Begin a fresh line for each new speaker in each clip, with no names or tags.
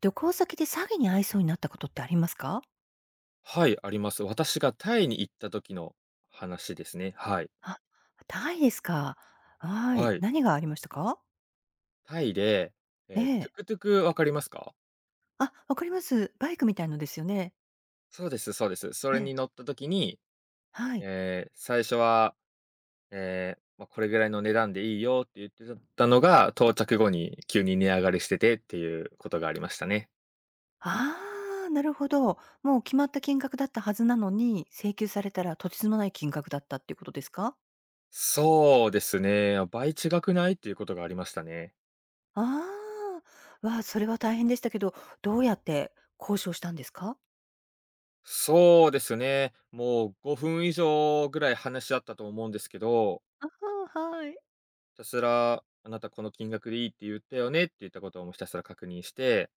旅行先で詐欺に遭いそうになったことってありますか？
はい、あります。私がタイに行った時の話ですね。はい。
あ、タイですか。は
は
い。
い。
何がありましたか？
タイで、
え
トゥ
え。
クトゥクわかりますか？
あ、わかります。バイクみたいのですよね。
そうですそうです。そ
え
れ
え、
に乗った時に、
はい。
最初は、これぐらいの値段でいいよって言ってたのが、到着後に急に値上がりしててっていうことがありましたね。
ああ、なるほど。もう決まった金額だったはずなのに、請求されたらとてつもない金額だったっていうことですか？
そうですね。倍違くない？っていうことがありましたね。
ああ、わあ、それは大変でしたけど、どうやって交渉したんですか？
そうですね。もう5分以上ぐらい話し合ったと思うんですけど、
ああ、はい。
ひたすら、あなたこの金額でいいって言ったよねって言ったことをもうひたすら確認して、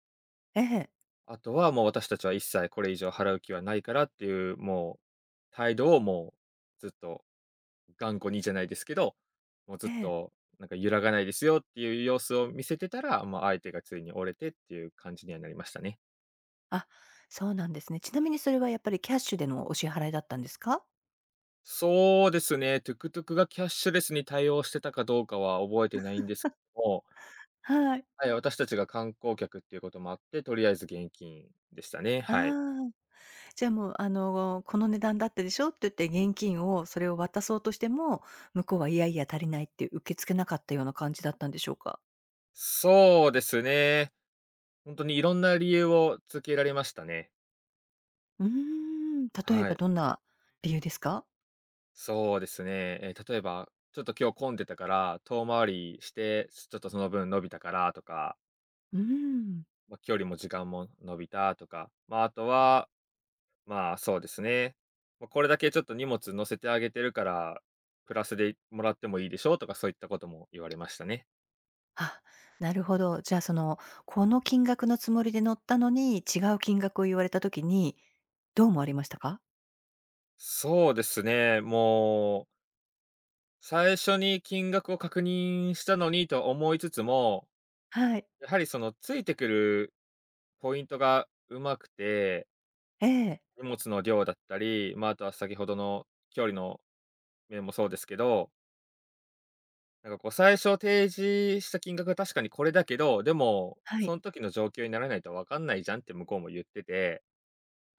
ええ、
あとはもう私たちは一切これ以上払う気はないからっていう、もう態度をもうずっと頑固にじゃないですけど、もうずっ
ええ。
となんか揺らがないですよっていう様子を見せてたら、まあ相手がついに折れてっていう感じにはなりましたね。
あ、そうなんですね。ちなみにそれはやっぱりキャッシュでのお支払いだったんですか？
そうですね、トゥクトゥクがキャッシュレスに対応してたかどうかは覚えてないんですけども、
はい。
はい、私たちが観光客っていうこともあって、とりあえず現金でしたね。
あ
はい。
あ、じゃあもう、この値段だったでしょって言って現金をそれを渡そうとしても、向こうはいやいや足りないって受け付けなかったような感じだったんでしょうか？
そうですね。本当にいろんな理由をつけられましたね。
うーん、例え
は
ば
い。
どんな理由ですか？
そうですね。例えば、ちょっと今日混んでたから、遠回りして、ちょっとその分伸びたからとか、
うーん。
まあ、距離も時間も伸びたとか、まあ、あとは、まあ、そうですね。ま、これだけちょっと荷物乗せてあげてるから、プラスでもらってもいいでしょうとか、そういったことも言われましたね。
あ、なるほど。じゃあその、この金額のつもりで乗ったのに、違う金額を言われた時に、どう思われましたか？
そうですね、もう、最初に金額を確認したのにと思いつつも、
はい。
やはりそのついてくるポイントがうまくて、
ええ。
荷物の量だったり、まあ、あとは先ほどの距離の面もそうですけど、なんかこう最初提示した金額は確かにこれだけど、でも
は
そ
い。
の時の状況にならないとわかんないじゃんって向こうも言ってて、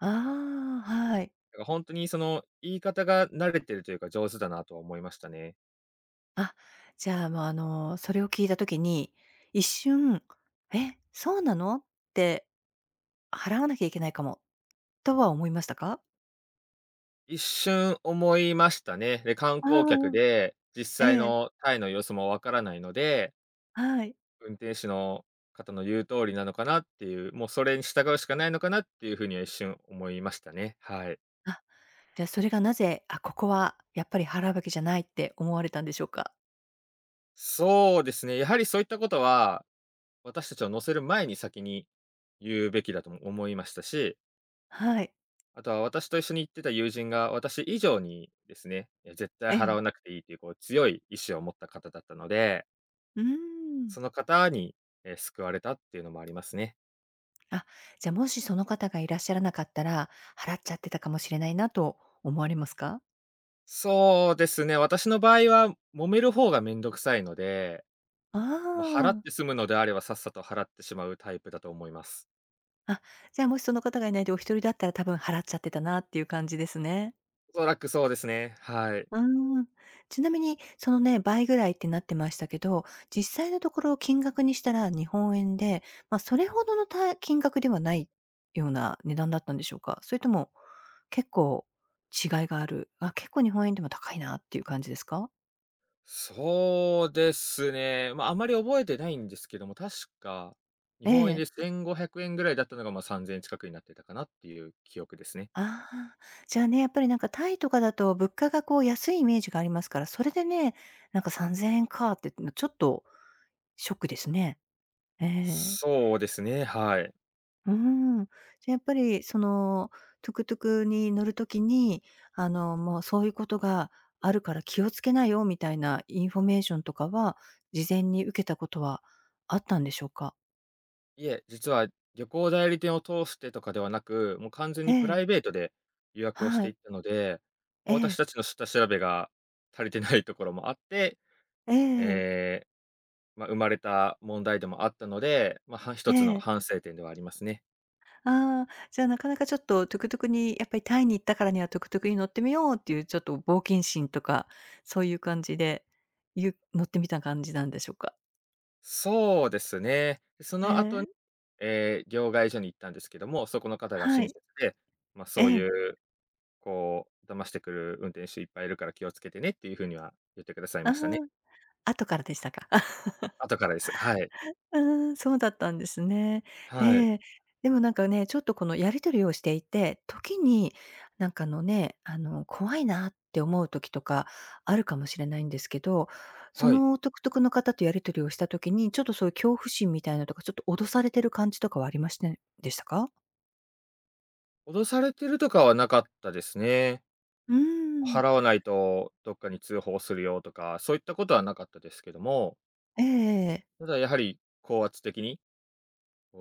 ああ、はい。
本当にその言い方が慣れてるというか上手だなとは思いましたね。
あ、じゃあ、もう、それを聞いた時に、一瞬「え、そうなの？」って、払わなきゃいけないかもとは思いましたか？
一瞬思いましたね。で、観
あ
光客
あ、
で、実
え
際
え、
のタイの様子もわからないので、
はい。
運転手の方の言う通りなのかなっていう、もうそれに従うしかないのかなっていうふうには一瞬思いましたね。はい。
あ、じゃあ、それがなぜ、あ、ここはやっぱり払うべきじゃないって思われたんでしょうか？
そうですね、やはりそういったことは、私たちを乗せる前に先に言うべきだとも思いましたし、
はい、
あとは私と一緒に行ってた友人が私以上にですね、絶対
え
払
え。
わなくていいというこう強い意志を持った方だったので、
うーん。
その方に、救われたっていうのもありますね。
あ、じゃ、もしその方がいらっしゃらなかったら、払っちゃってたかもしれないなと思われますか？
そうですね、私の場合は揉める方がめんどくさいので、
あ
まあ、払っ
あ、
て済むのであれば、さっさと払ってしまうタイプだと思います。
あ、じゃあ、もしその方がいないでお一人だったら多分払っちゃってたなっていう感じですね。
おそらくそうですね、はい。
うーん。ちなみに、そのね、倍ぐらいってなってましたけど、実際のところ金額にしたら日本円で、まあ、それほどのた金額ではないような値段だったんでしょうか？それとも、結構違いがある、あ、結構日本円でも高いなっていう感じですか？
そうですね、まあ、あまり覚えてないんですけども、確か、日
え
本円で
え。
¥1500 ぐらいだったのが、まあ、¥3000 近くになってたかなっていう記憶ですね。
ああ、じゃあね、やっぱりなんかタイとかだと物価がこう安いイメージがありますから、それでね、なんか3000円かって、ちょっとショックですね。ええ。
そうですね、はい。
うーん。じゃ、やっぱり、その、トゥクトゥクに乗る時に、もうそういうことがあるから気をつけなよみたいなインフォメーションとかは、事前に受けたことはあったんでしょうか？
いえ、実は旅行代理店を通してとかではなく、もう完全
え
にプラ
え、
イベートで予約をし
は
てい
い。
ったので、も
え
う私
え、
たちの下調べが足りてないところもあって、
ええ、
えまあ、生まれた問題でもあったので、まあ、は
え
一つの
え。
反省点ではありますね。
ああ、じゃあ、なかなかちょっとトゥクトゥクにやっぱりタイに行ったからにはトゥクトゥクに乗ってみようっていうちょっと冒険心とか、そういう感じで、乗ってみた感じなんでしょうか？
そうですね。そ
へ
の後に、
え、
両替所に行ったんですけども、そこの方が
は
親切
い。
で、まあ、
え
そう
え、
いう、こう、騙してくる運転手いっぱいいるから気をつけてねっていう風には言ってください
ああ。
ましたね。
後からでしたか。
後からです。はい。
うーん、そうだったんですね。
はい。
ええ。でもなんかね、ちょっとこのやり取りをしていて、時になんかあのね、怖いなって思う時とかあるかもしれないんですけど、そ
はい。
の独特の方とやり取りをした時に、ちょっとそういう恐怖心みたいなのとか、ちょっと脅されてる感じとかはありましてでしたか？
脅されてるとかはなかったですね。
うーん。
払わないとどっかに通報するよとか、そういったことはなかったですけども、
ええええ。
ただやはり高圧的に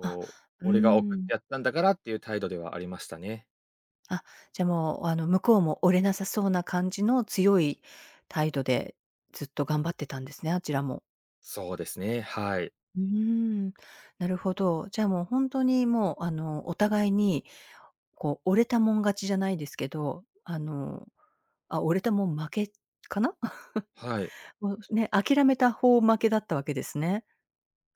あ、
う、
う
俺が送
ー
っ
ん。
てやったんだからっていう態度ではありましたね。
あ、じゃ、もう、向こうも折れなさそうな感じの強い態度で、ずっと頑張ってたんですね、あちらも。
そうですね、はい。
うーん、なるほど。じゃあ、もう本当にもう、お互いに、こう、折れたもん勝ちじゃないですけど、あ、折れたもん負けかな
はい。
もうね、諦めた方負けだったわけですね。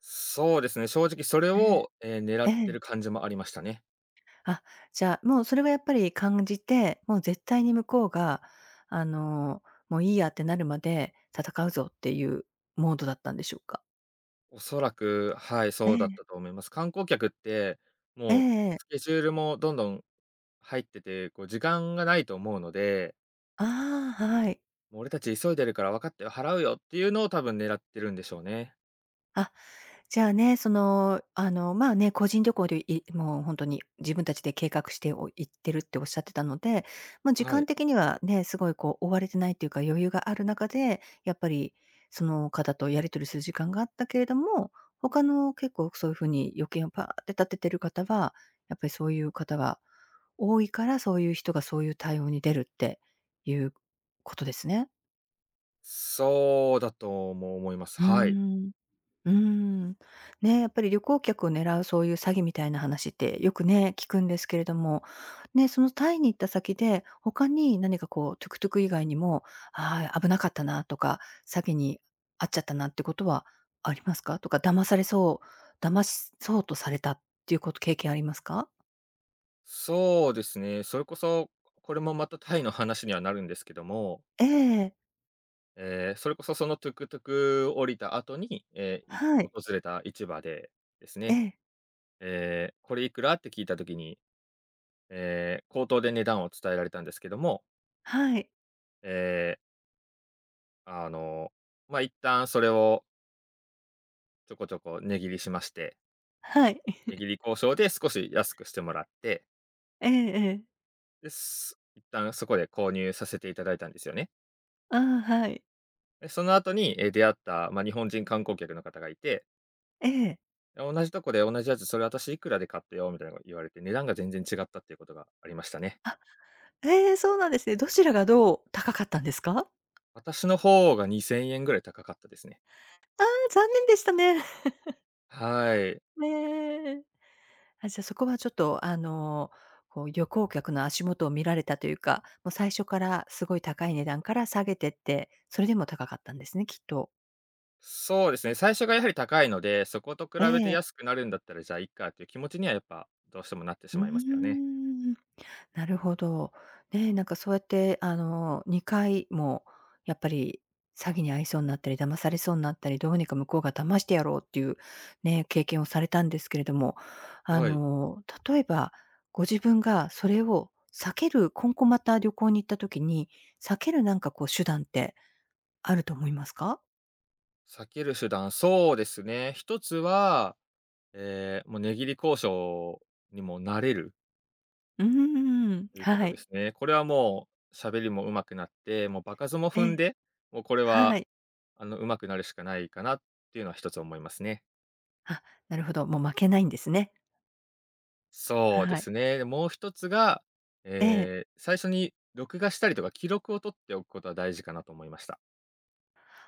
そうですね、正直それ
え
を、狙
え、え
って
え。
る感じもありましたね。
あ、じゃあ、もうそれはやっぱり感じて、もう絶対に向こうが、あの、もういいやってなるまで戦うぞっていうモードだったんでしょうか？
おそらく、はい、
え
そうだっ
え。
たと思います。観光客って、
ええ
もう
ええ。
スケジュールもどんどん入ってて、こう時間がないと思うので、
ああ、はい。
もう俺たち急いでるから分かったよ、払うよっていうのを多分狙ってるんでしょうね。
あ、じゃあね、その、あの、まあね、個人旅行でもう本当に自分たちで計画してお行ってるっておっしゃってたので、ま、時
は
間
い。
的にはね、すごいこう追われてないっていうか余裕がある中で、やっぱりその方とやり取りする時間があったけれども、他の結構そういうふうに予見をパーって立ててる方は、やっぱりそういう方が多いから、そういう人がそういう対応に出るっていうことですね。
そうだとも思います。
うー
はい。
ん。うーん。ね、やっぱり旅行客を狙うそういう詐欺みたいな話ってよくね、聞くんですけれども、ね、そのタイに行った先で、他に何かこうトゥクトゥク以外にも、ああ、危なかったなとか、詐欺に遭っちゃったなってことはありますか？とか、騙されそう、騙しそうとされたっていうこと、経験ありますか？
そうですね。それこそ、これもまたタイの話にはなるんですけども、
ええ。
それこそそのトゥクトゥク降りた後に、
は
訪
い。
れた市場でです
え
ね、
え。
これいくらって聞いた時に、口頭で値段を伝えられたんですけども、
はい。
ええ、あの、まあ、一旦それをちょこちょこ値切りしまして、
はい。
値切り交渉で少し安くしてもらって、
ええええ。
で、一旦そこで購入させていただいたんですよね。
ああ、はい。
で、その後に、出会った、まあ、日本人観光客の方がいて、
ええ。
同じとこで同じやつ「それ私いくらで買ったよ」みたいなのと言われて、値段が全然違ったっていうことがありましたね。
ええ、そうなんですね。どちらがどう高かったんですか？
私の方が2000ぐらい高かったですね。
ああ、残念でしたね。
はい。
ねえ。あ、じゃ、そこはちょっと、こう旅行客の足元を見られたというか、もう最初からすごい高い値段から下げてって、それでも高かったんですね、きっと。
そうですね、最初がやはり高いので、そこと比
え
べて
え。
安くなるんだったらじゃあいっかっていう気持ちにはやっぱどうしてもなってし
うー
まいますよね。
ん。なるほど。ねえ、なんかそうやって、2回もやっぱり詐欺に遭いそうになったり、騙されそうになったり、どうにか向こうが騙してやろうっていうね、経験をされたんですけれども、
はい。
例えば、ご自分がそれを避ける今後また旅行に行った時に、避けるなんかこう手段ってあると思いますか？
避ける手段、そうですね。一つは、もう値切り交渉にも慣れる。
うーん、
ということ
は
です
い。
ね。これはもう喋りも上手くなって、もう場数も
え
踏ん
え、
で、もうこれ
は
は、
い。
あの、上手くなるしかないかなっていうのは一つ思いますね。
あ、なるほど、もう負けないんですね。
そうで
はい。
すね。もう一つが、
ええ。
最初に録画したりとか記録を取っておくことは大事かなと思いました。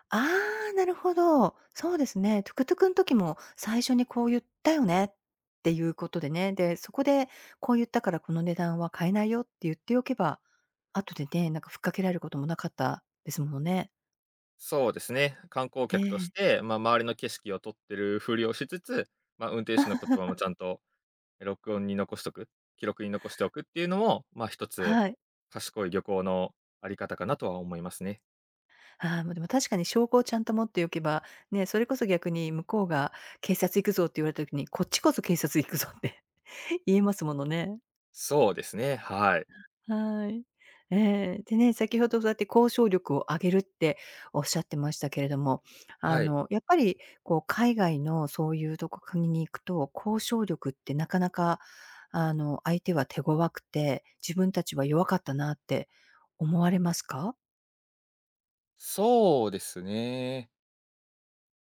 ああ、なるほど。そうですね。トゥクトゥクん時も最初にこう言ったよねっていうことでね。で、そこでこう言ったからこの値段は買えないよって言っておけば、後でね、なんかふっかけられることもなかったですものね。
そうですね。観光
え
客とし
え、
て、まあ、周りの景色を撮ってるふりをしつつ、まあ、運転手の言葉もちゃんと、録音に残しとく、記録に残しておくっていうのも、まあ、一つ
はい。
賢い旅行のあり方かなとは思いますね。
ああ、ま、でも確かに証拠をちゃんと持っておけば、ね、それこそ逆に向こうが「警察行くぞ」って言われた時に、こっちこそ警察行くぞって 言えますものね。
そうですね、はい。
はい。ええ、でね、先ほどそうやって交渉力を上げるっておっしゃってましたけれども、
はい。
やっぱりこう海外のそういう国に行くと、交渉力ってなかなか、相手は手強くて、自分たちは弱かったなって思われますか？
そうですね。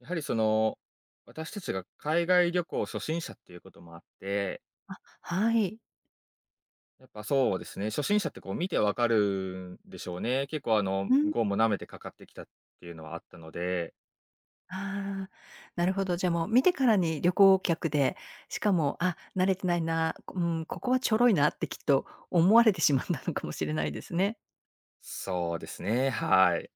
やはりその、私たちが海外旅行初心者っていうこともあって、
あ、はい。
やっぱそうですね、初心者ってこう見てわかるんでしょうね。結構あの、
う
向
ん。
こうも舐めてかかってきたっていうのはあったので、
ああ、なるほど。じゃあ、もう見てからに旅行客で、しかも、あ、慣れてないな、うん、ここはちょろいなってきっと思われてしまったのかもしれないですね。
そうですね、はい。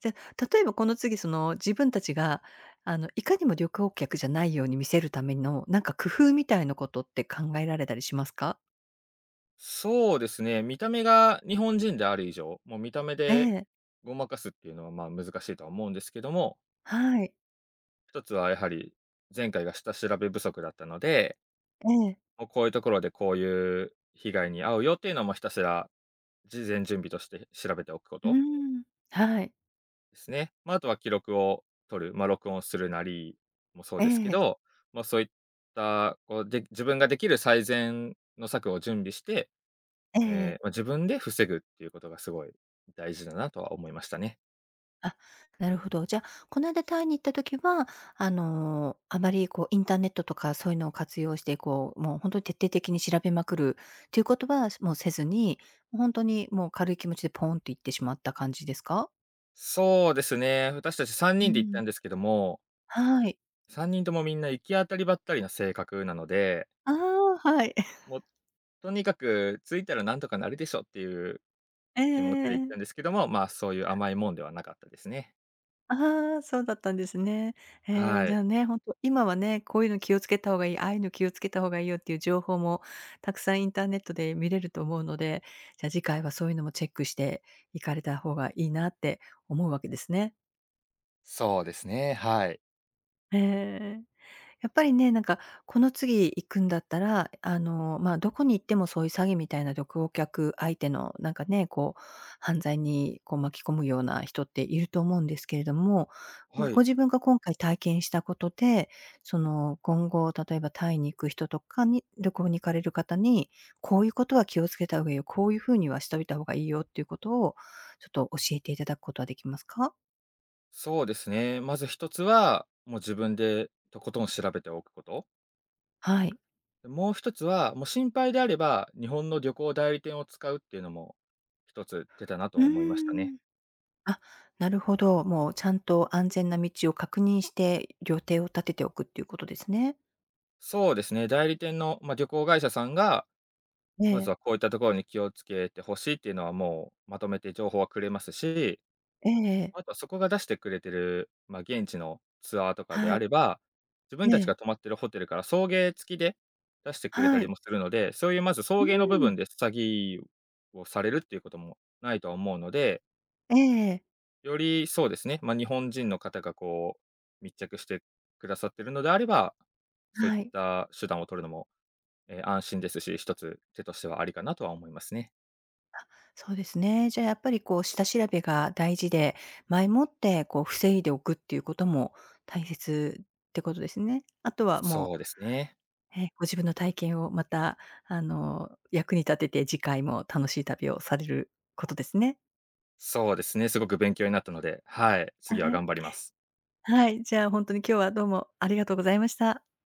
じゃあ、例えばこの次、その、自分たちが、いかにも旅行客じゃないように見せるための、なんか工夫みたいなことって考えられたりしますか？
そうですね、見た目が日本人である以上、もう見た目
え
で
え、
ごまかすっていうのはまあ難しいとは思うんですけども、
はい。
一つはやはり前回が下調べ不足だったので、
ええ。
もうこういうところでこういう被害に遭うよっていうのもひたすら事前準備として調べておくこ
う
と
ーん、はい。
ですね。まあ、あとは記録を取る、まあ、録音するなりもそう
え
ですけ
え、
ど、まあ、そういった、こう、で自分ができる最善の策を準備して、
ええ。
まあ、自分で防ぐっていうことがすごい大事だなとは思いましたね。
あ、なるほど。じゃあ、この間タイに行った時は、あまりこうインターネットとかそういうのを活用して、こう、もう本当に徹底的に調べまくるっていうことは、もうせずに、本当にもう軽い気持ちでポーンと行ってしまった感じですか？
そうですね、私たち3
う
人で行った
ん、
んですけども、
はい。
3人ともみんな行き当たりばったりな性格なので、
ああ、はい。
もうとにかく着いたらなんとかなるでしょっていう気持ちで行っ
ええ
たんですけども、まあ、そういう甘いもんではなかったですね。
ああ、そうだったんですね。ええ、
は
じ
い。
ゃあね、本当今はね、こういうの気をつけた方がいい、ああいうの気をつけた方がいいよっていう情報もたくさんインターネットで見れると思うので、じゃあ次回はそういうのもチェックして行かれた方がいいなって思うわけですね。
そうですね、はい。
ええ。やっぱりね、なんか、この次行くんだったら、まあ、どこに行ってもそういう詐欺みたいな旅行客相手の、なんかね、こう、犯罪にこう巻き込むような人っていると思うんですけれども、ん、
は
ご
い、
自分が今回体験したことで、その、今後、例えばタイに行く人とかに旅行に行かれる方に、こういうことは気をつけた方がいいよ、こういうふうにはしておいた方がいいよっていうことを、ちょっと教えていただくことはできますか？
そうですね。まず一つは、もう自分でとことん調べておくこと。
はい。
で、もう一つは、もう心配であれば、日本の旅行代理店を使うっていうのも、一つ出たなと
う
は
ー
思いましたね。
ん。あ、なるほど。もうちゃんと安全な道を確認して、予定を立てておくっていうことですね。
そうですね、代理店の、まあ、旅行会社さんが、
え
まず
え、
はこういったところに気をつけてほしいっていうのはもうまとめて情報はくれますし、
ええええ、
あとはそこが出してくれてる、まあ、現地のツアーとかで
は
あ
い、
れば、自分たち
ええ
が泊まってるホテルから送迎付きで出してくれた
は
り
い。
もするので、そういうまず送
う
迎の部
ん、
分で詐欺をされるっていうこともないとは思うので、
ええ、
よりそうですね、まあ、日本人の方がこう、密着してくださってるのであれば、そういっ
はい。
た手段を取るのも、安心ですし、一つ手としてはありかなとは思いますね。
あ、そうですね。じゃあやっぱりこう下調べが大事で、前もってこう防いでおくっていうことも大切ってことですね。あとは
そ
も
うですね。
う、ええ、ご自分の体験をまた役に立てて、次回も楽しい旅をされることですね。
そうですね、すごく勉強になったので、はい、次は
はい。
頑張ります。
はい、じゃあ、本当に今日はどうもありがとうございました。